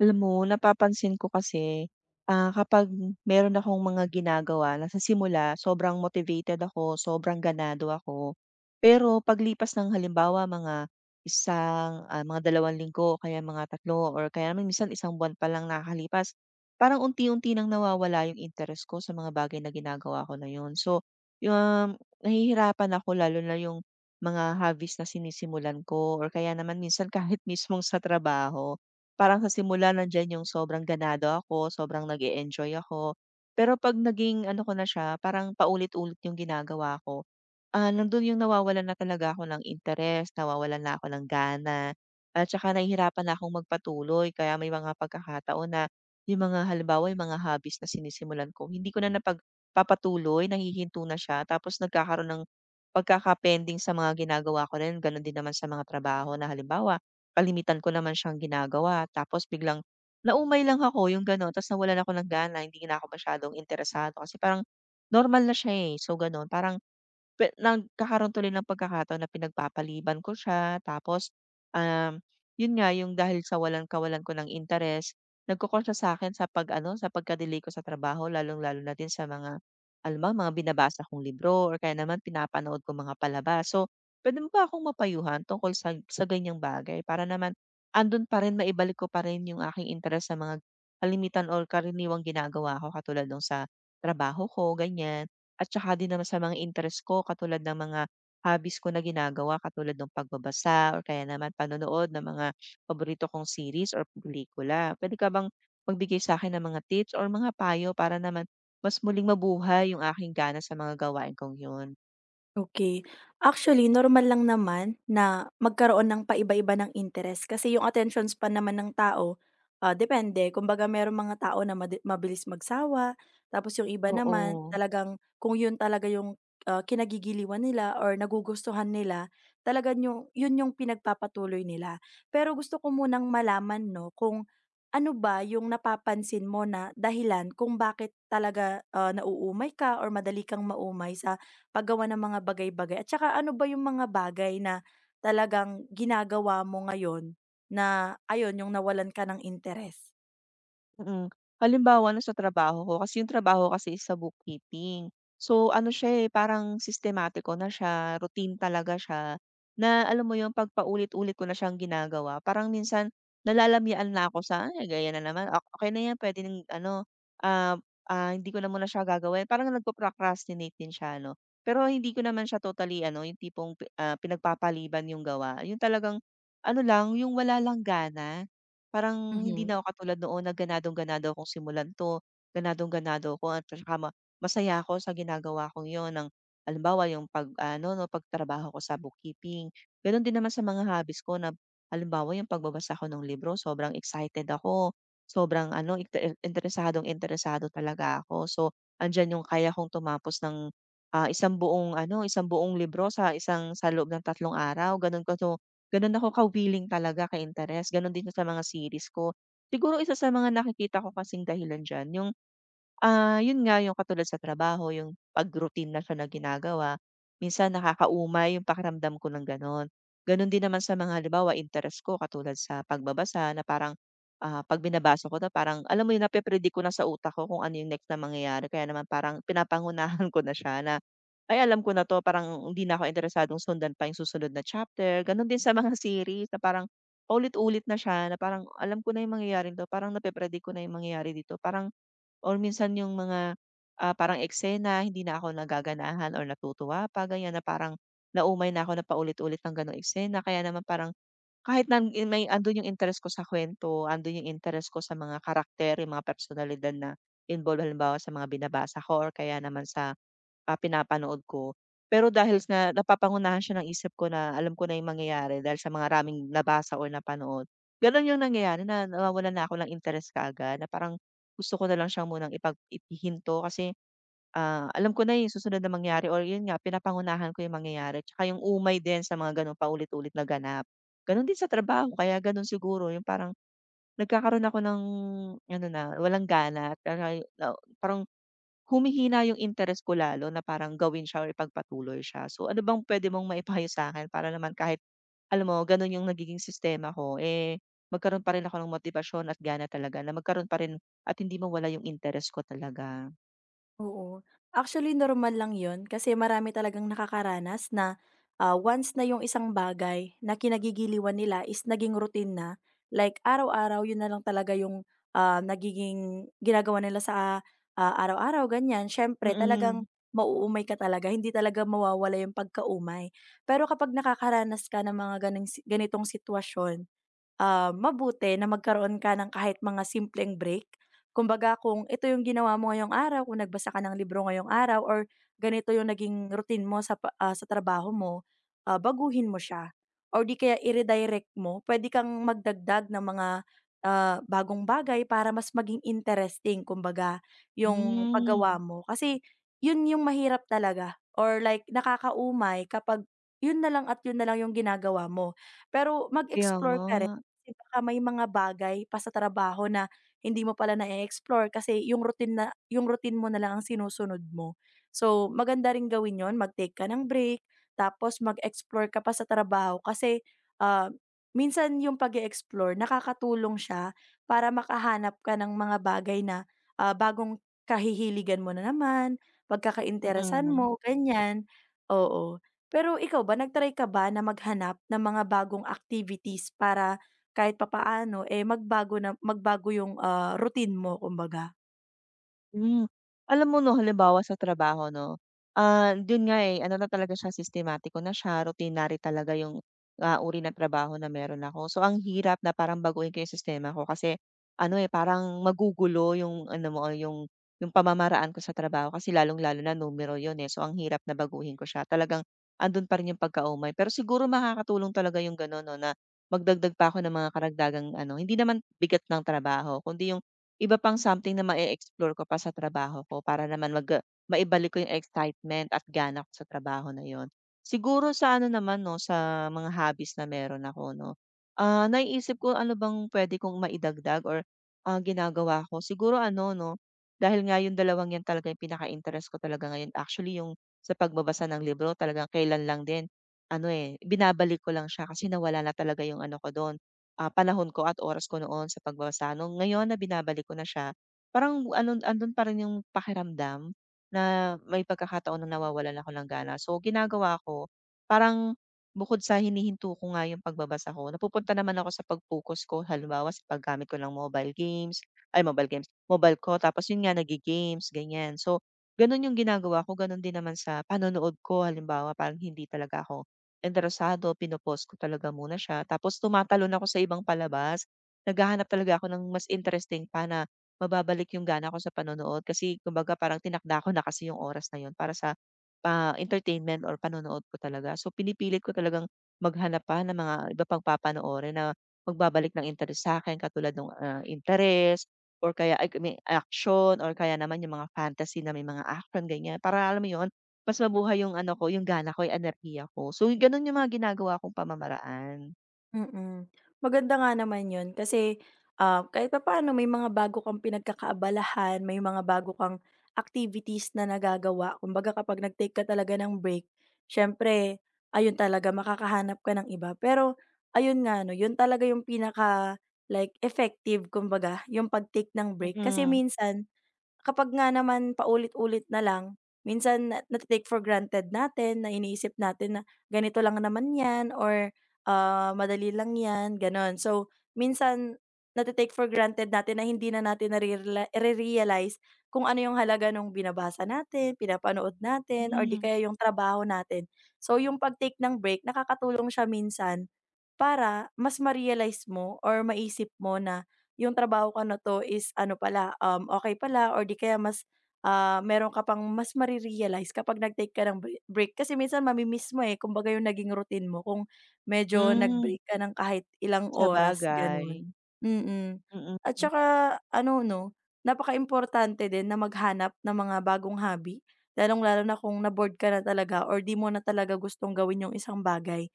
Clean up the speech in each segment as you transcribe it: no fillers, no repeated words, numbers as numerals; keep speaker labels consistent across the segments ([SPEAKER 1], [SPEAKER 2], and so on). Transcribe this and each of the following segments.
[SPEAKER 1] Alam mo, napapansin ko kasi, kapag meron akong mga ginagawa na sa simula sobrang motivated ako, sobrang ganado ako. Pero paglipas ng halimbawa mga isang, mga 2 linggo kaya mga tatlo, or kaya naman minsan isang buwan pa lang nakakalipas, parang unti-unti nang nawawala yung interes ko sa mga bagay na ginagawa ko na yun. So, yung, um, nahihirapan ako, lalo na yung mga hobbies na sinisimulan ko, or kaya naman minsan kahit mismong sa trabaho. Parang sa simula nandiyan yung sobrang ganado ako, sobrang nag enjoy ako. Pero 'pag naging ano ko na siya, parang paulit-ulit yung ginagawa ko. Nandun yung nawawalan na talaga ako ng interes, nawawalan na ako ng gana, at saka nahihirapan na akong magpatuloy. Kaya may mga pagkakataon na yung mga halimbawa, yung mga hobbies na sinisimulan ko, hindi ko na napagpapatuloy, nahihinto na siya. Tapos nagkakaroon ng pagkaka sa mga ginagawa ko rin. Ganon din naman sa mga trabaho na halimbawa, kalimitan ko naman siyang ginagawa. Tapos biglang naumay lang ako yung gano'n, tapos nawalan ako ng gana, hindi na ako masyadong interesado kasi parang normal na siya, eh. So gano'n, parang nagkakaroon tuloy ng pagkakataon na pinagpapaliban ko siya, tapos, um, yun nga yung, dahil sa walang kawalan ko ng interes, nagko-call siya sa'kin sa 'pag ano, sa pagka-delay ko sa trabaho, lalong-lalo na din sa mga, alam mo, mga binabasa kong libro, or kaya naman pinapanood kong mga palabas. So, puwede mo ba akong mapayuhan tungkol sa ganiyang bagay, para naman andun pa rin, maibalik ko pa rin yung aking interes sa mga kalimitan or karaniwang ginagawa ko, katulad nung sa trabaho ko, ganiyan. At tsaka din naman sa mga interest ko, katulad ng mga hobbies ko na ginagawa, katulad ng pagbabasa or kaya naman panonood ng mga paborito kong series or pelikula. Pwede ka bang magbigay sa akin ng mga tips or mga payo, para naman mas muling mabuhay yung aking gana sa mga gawain kong yun?
[SPEAKER 2] Okay. Actually, normal lang naman na magkaroon ng paiba-iba ng interest kasi yung attention span naman ng tao, depende. Kumbaga merong mga tao na madi mabilis magsawa, tapos yung iba naman
[SPEAKER 1] Oo.
[SPEAKER 2] talagang kung yun talaga yung, kinagigiliwan nila or nagugustuhan nila, talagang yun yung pinagpapatuloy nila. Pero gusto ko munang malaman 'no, kung ano ba yung napapansin mo na dahilan kung bakit talaga, nauumay ka or madali kang maumay sa paggawa ng mga bagay-bagay at saka ano ba yung mga bagay na talagang ginagawa mo ngayon na ayun, yung nawalan ka ng interes?
[SPEAKER 1] Mm. Halimbawa ano sa trabaho ko, kasi yung trabaho ko kasi is sa bookkeeping. So ano siya, eh, parang sistematiko na siya, routine talaga siya, na alam mo yung pagpaulit ulit ko na siyang ginagawa, parang minsan nalalamyaan na ako sa, "Ay, gaya na naman, ah, okey na yan, pwede ng ano, ah, hindi ko na muna siya gagawin." Parang nagpo-procrastinate din siya, 'no. Pero hindi ko naman siya totally ano, yung tipong pinagpapaliban yung gawa, yung talagang ano lang, yung wala lang gana. Parang hindi
[SPEAKER 2] Mhm.
[SPEAKER 1] na ako katulad noon na ganadong-ganado akong simulan 'to, ganadong-ganado ako at tsaka masaya ako sa ginagawa kong yon, ng halimbawa yung pag-ano 'no, pagtrabaho ko sa bookkeeping. Gano'n din naman sa mga hobbies ko, na halimbawa yung pagbabasa ko ng libro, sobrang excited ako, sobrang ano, interesadong-interesado talaga ako. So, andiyan yung kaya kong tumapos ng, isang buong ano, isang buong libro sa sa loob ng 3 araw, gano'n ko 'to. Gano'n ako ka-willing talaga, ka-interes. Gano'n din sa mga series ko. Siguro isa sa mga nakikita ko kasing dahilan diyan yung, yun nga, yung katulad sa trabaho, yung 'pag routine na siya na ginagawa, minsan nakakaumay yung pakiramdam ko ng gano'n. Gano'n din naman sa mga halimbawa interest ko, katulad sa pagbabasa, na parang 'pag binabasa ko na, parang alam mo yun, nape-predict ko na sa utak ko kung ano yung next na mangyayari, kaya naman parang pinapangunahan ko na siya na, ay, alam ko na 'to, parang hindi na ako interesadong sundan pa yung susunod na chapter. Gano'n din sa mga series na parang ulit ulit na siya, na parang alam ko na yung mangyayaring 'to, parang nape-predict ko na yung mangyayari dito, parang or minsan yung mga, parang eksena, hindi na ako nagaganahan or natutuwa pa ganyan, na parang naumay na ako na paulit-ulit ng gano'ng eksena, kaya naman parang kahit may andun yung interes ko sa kwento, andun yung interes ko sa mga karakter, yung mga personalidad na involved halimbawa sa mga binabasa ko or kaya naman sa pinapanood ko. Pero dahil sa napapangunahan siya ng isip ko, na alam ko na yung mangyayari dahil sa mga raming nabasa or napanood, gano'n yung nangyayari, na nawawalan na ako ng interes kaagad, na parang gusto ko na lang siya munang ihinto, kasi alam ko na yung susunod na mangyari, or yun nga, pinapangunahan ko yung mangyayari, tsaka yung umay din sa mga gano'ng paulit-ulit na ganap. Gano'n din sa trabaho, kaya gano'n siguro yung parang nagkakaroon ako ng ano na walang gana, at parang humihina yung interes ko, lalo na parang gawin siya or ipagpatuloy siya. So, ano bang pwede mong maipayo sa akin para naman, kahit alam mo gano'n yung nagiging sistema ko, eh, magkaroon pa rin ako ng motibasyon at gana talaga, na magkaroon pa rin at hindi mawala yung interes ko talaga.
[SPEAKER 2] Oo. Actually, normal lang yun kasi marami talagang nakakaranas na, once na yung isang bagay na kinagigiliwan nila is naging routine na, like araw-araw yun na lang talaga yung, nagiging ginagawa nila sa, araw-araw ganyan, siyempre
[SPEAKER 1] Mm.
[SPEAKER 2] talagang mauumay ka talaga, hindi talaga mawawala yung pagkaumay. Pero kapag nakakaranas ka ng mga ganong si ganitong sitwasyon, mabuti na magkaroon ka ng kahit mga simpleng break. Kumbaga kung ito yung ginawa mo ngayong araw, kung nagbasa ka ng libro ngayong araw or ganito yung naging routine mo sa pa- sa trabaho mo, baguhin mo siya. Or di kaya i-redirect mo, pwede kang magdagdag ng mga bagong bagay para mas maging interesting, kumbaga, yung paggawa
[SPEAKER 1] Hmm,
[SPEAKER 2] mo. Kasi yun yung mahirap talaga. Or like, nakakaumay kapag yun na lang at yun na lang yung ginagawa mo. Pero
[SPEAKER 1] Kaya
[SPEAKER 2] mag-explore
[SPEAKER 1] nga.
[SPEAKER 2] ka rin kasi baka may mga bagay pa sa trabaho na hindi mo pala na explore kasi yung routine na yung routine mo na lang ang sinusunod mo. So, maganda ring gawin yun, mag-take ka ng break, tapos mag-explore ka pa sa trabaho kasi, ah, minsan yung pag explore nakakatulong siya para makahanap ka ng mga bagay na, bagong kahihiligan mo na naman, pagkakainteresan
[SPEAKER 1] Mm.
[SPEAKER 2] mo, ganyan. Oo. Pero ikaw ba, nag ka ba na maghanap ng mga bagong activities para kahit papaano, eh, magbago na magbago yung, routine mo kumbaga.
[SPEAKER 1] Hmm. Alam mo 'no, halimbawa sa trabaho 'no, dun nga, eh, ano na talaga siya, sistematiko na siya, routinary talaga yung, uri ng trabaho na meron ako. So, ang hirap na parang baguhin ko yung sistema ko, kasi ano, eh, parang magugulo yung ano mo, yung pamamaraan ko sa trabaho, kasi lalong-lalo na numero yun, eh. So, ang hirap na baguhin ko siya. Talagang andun pa rin yung pagkaumay. Pero siguro makakatulong talaga yung gano'n 'no, na magdagdag pa ako ng mga karagdagang ano, hindi naman bigat ng trabaho kundi yung iba pang something na ma-e-explore ko pa sa trabaho ko, para naman maibalik ko yung excitement at gana ko sa trabaho na yun. Siguro sa ano naman 'no, sa mga hobbies na meron ako 'no, naiisip ko ano bang puwede kong maidagdag or ginagawa ko. Siguro ano 'no, dahil nga yung dalawang yan talaga yung pinaka-interest ko talaga ngayon. Actually yung sa pagbabasa ng libro, talagang kailan lang din ano, eh, binabalik ko lang siya kasi nawala na talaga yung ano ko dun, panahon ko at oras ko noon sa pagbabasa. Nung ngayon na binabalik ko na siya, parang ano, andun pa rin yung pakiramdam na may pagkakataon na nawawalan ako ng gana. So, ginagawa ko, parang bukod sa hinihinto ko nga yung pagbabasa ko, napupunta naman ako sa pag-focus ko, halimbawa sa paggamit ko ng mobile games, ay, mobile games, mobile ko, tapos yun nga, nagi-games, ganyan. So, ganun yung ginagawa ko, ganun din naman sa panonood ko, halimbawa, parang hindi talaga ako interesado, pino-pause ko talaga muna siya, tapos tumatalon ako sa ibang palabas. Naghahanap talaga ako ng mas interesting pa na mababalik yung gana ko sa panonood, kasi kumbaga parang tinakda ko na kasi yung oras na yun para sa, entertainment or panonood ko talaga. So, pinipilit ko talagang maghanap pa ng mga iba pang papanoorin na magbabalik ng interes sa'kin, katulad nung, or kaya ay may action, or kaya naman yung mga fantasy na may mga action, ganyan. Para alam mo yun, mas mabuhay yung ano ko, yung gana ko, yung enerhiya ko. So, gano'n yung mga ginagawa kong pamamaraan.
[SPEAKER 2] Mm. Maganda nga naman yun kasi, kahit papaano may mga bago kang pinagkakaabalahan, may mga bago kang activities na nagagawa. Kumbaga kapag nag-take ka talaga ng break, siyempre ayun talaga makakahanap ka ng iba. Pero ayun nga 'no, yun talaga yung pinaka like effective kumbaga, yung pag-take ng break. Kasi
[SPEAKER 1] Mm,
[SPEAKER 2] minsan kapag nga naman paulit-ulit na lang, minsan na nate-take for granted natin na iniisip natin na ganito lang naman 'yan or, madali lang 'yan, gano'n. So, minsan nate-take for granted natin na hindi na natin nare-realize kung ano yung halaga nung binabasa natin, pinapanood natin or 'di
[SPEAKER 1] hmm,
[SPEAKER 2] kaya yung trabaho natin. So, yung pag-take ng break nakakatulong siya minsan para mas ma-realize mo or maisip mo na yung trabaho ko na 'to is ano pala, okey pala or di kaya mas, meron ka pang mas mare-realize kapag nag-take ka ng bre break. Kasi minsan mami mo, eh, kumbaga yung naging routine mo kung medyo
[SPEAKER 1] hmm,
[SPEAKER 2] nag-break ka ng kahit ilang oras,
[SPEAKER 1] sabagay,
[SPEAKER 2] gano'n. Mm. At
[SPEAKER 1] mm.
[SPEAKER 2] saka ano 'no, napaka importante din na maghanap ng mga bagong hobby, lalong-lalo na kung na-bored ka na talaga or di mo na talaga gustong gawin yung isang bagay.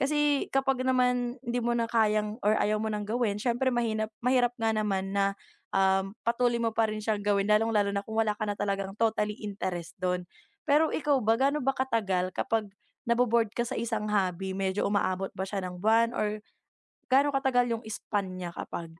[SPEAKER 2] Kasi kapag naman hindi mo na kayang or ayaw mo ng gawin siyempre mahinap mahirap nga naman na, patuloy mo pa rin siyang gawin lalong-lalo na kung wala ka na talagang totally interest dun. Pero ikaw ba, gaano ba katagal kapag nabo ka sa isang hobby medyo umaabot ba siya ng buwan or gaano katagal yung span niya kapag?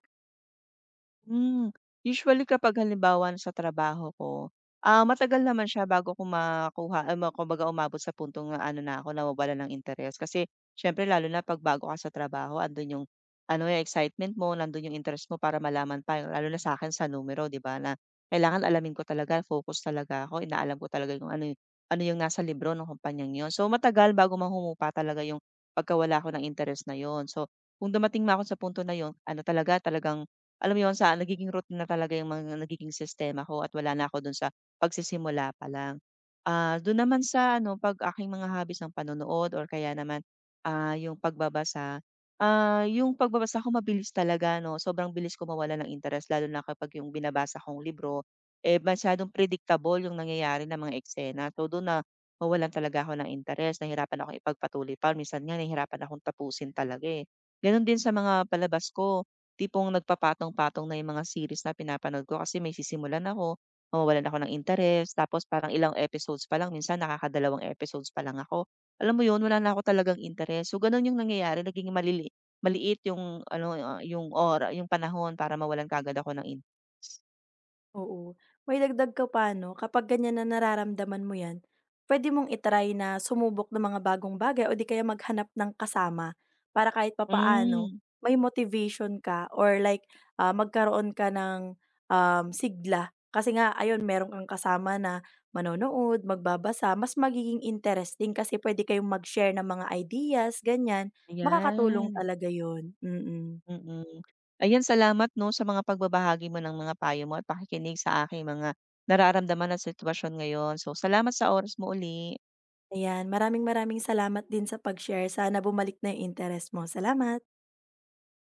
[SPEAKER 1] Hmm, Usually kapag halimbawa sa trabaho ko, matagal naman siya bago ko makuha, kumbaga umabot sa puntong na ano na ako nawawalan ng interes. Kasi siyempre lalo na 'pag bago ka sa trabaho, andun yung ano, yung excitement mo, nandun yung interest mo para malaman pa, lalo na sa akin sa numero 'di ba, na kailangan alamin ko talaga, focus talaga ako, inaalam ko talaga yung ano, eh, ano yung nasa libro ng kumpanyang yon. So matagal bago mahumupa talaga yung pagkawala ko ng interes na yon. So kung dumating man ako sa punto na yun, ano talaga, talagang alam mo 'yun, sa nagiging routine na talaga 'yung mga nagiging sistema ko, at wala na ako do'n sa pagsisimula pa lang. Do'n naman sa ano, 'pag aking mga hobbies ng panonood, or kaya naman, 'yung pagbabasa. 'Yung pagbabasa ko mabilis talaga 'no, sobrang bilis ko mawala ng interes, lalo na kapag 'yung binabasa kong libro, eh, masyadong predictable 'yung nangyayari ng mga eksena. So do'n mawalan talaga ako ng interes, nahirapan ako ipagpatuloy pa, minsan nga nahihirapan akong tapusin talaga, eh. Gano'n din sa mga palabas ko. Tipong nagpapatong-patong na yung mga series na pinapanood ko, kasi may sisimulan ako, mawawalan ako ng interes, tapos parang ilang episodes pa lang, minsan nakakadalawang episodes pa lang ako. Alam mo yun, wala na ako talagang interes. So ganun yung nangyayari, naging maliit yung ano, yung panahon para mawalan kaagad ako ng interes.
[SPEAKER 2] Oo. Maidagdag ko pa 'no, kapag ganyan na nararamdaman mo 'yan, pwede mong i-try na sumubok ng mga bagong bagay o di kaya maghanap ng kasama. Para kahit papaano
[SPEAKER 1] Hmm,
[SPEAKER 2] may motivation ka or like, magkaroon ka ng, sigla. Kasi nga ayun meron kang kasama na manonood, magbabasa, mas magiging interesting kasi pwede kayong mag-share ng mga ideas, ganyan. Makakatulong
[SPEAKER 1] ayan,
[SPEAKER 2] talaga yun, mm.
[SPEAKER 1] mm. Ayan, salamat 'no, sa mga pagbabahagi mo ng mga payo mo at pakikinig sa aking mga nararamdaman at sitwasyon ngayon. So salamat sa oras mo uli.
[SPEAKER 2] Ayan, maraming maraming salamat din sa pag-share. Sana bumalik na yung interest mo. Salamat.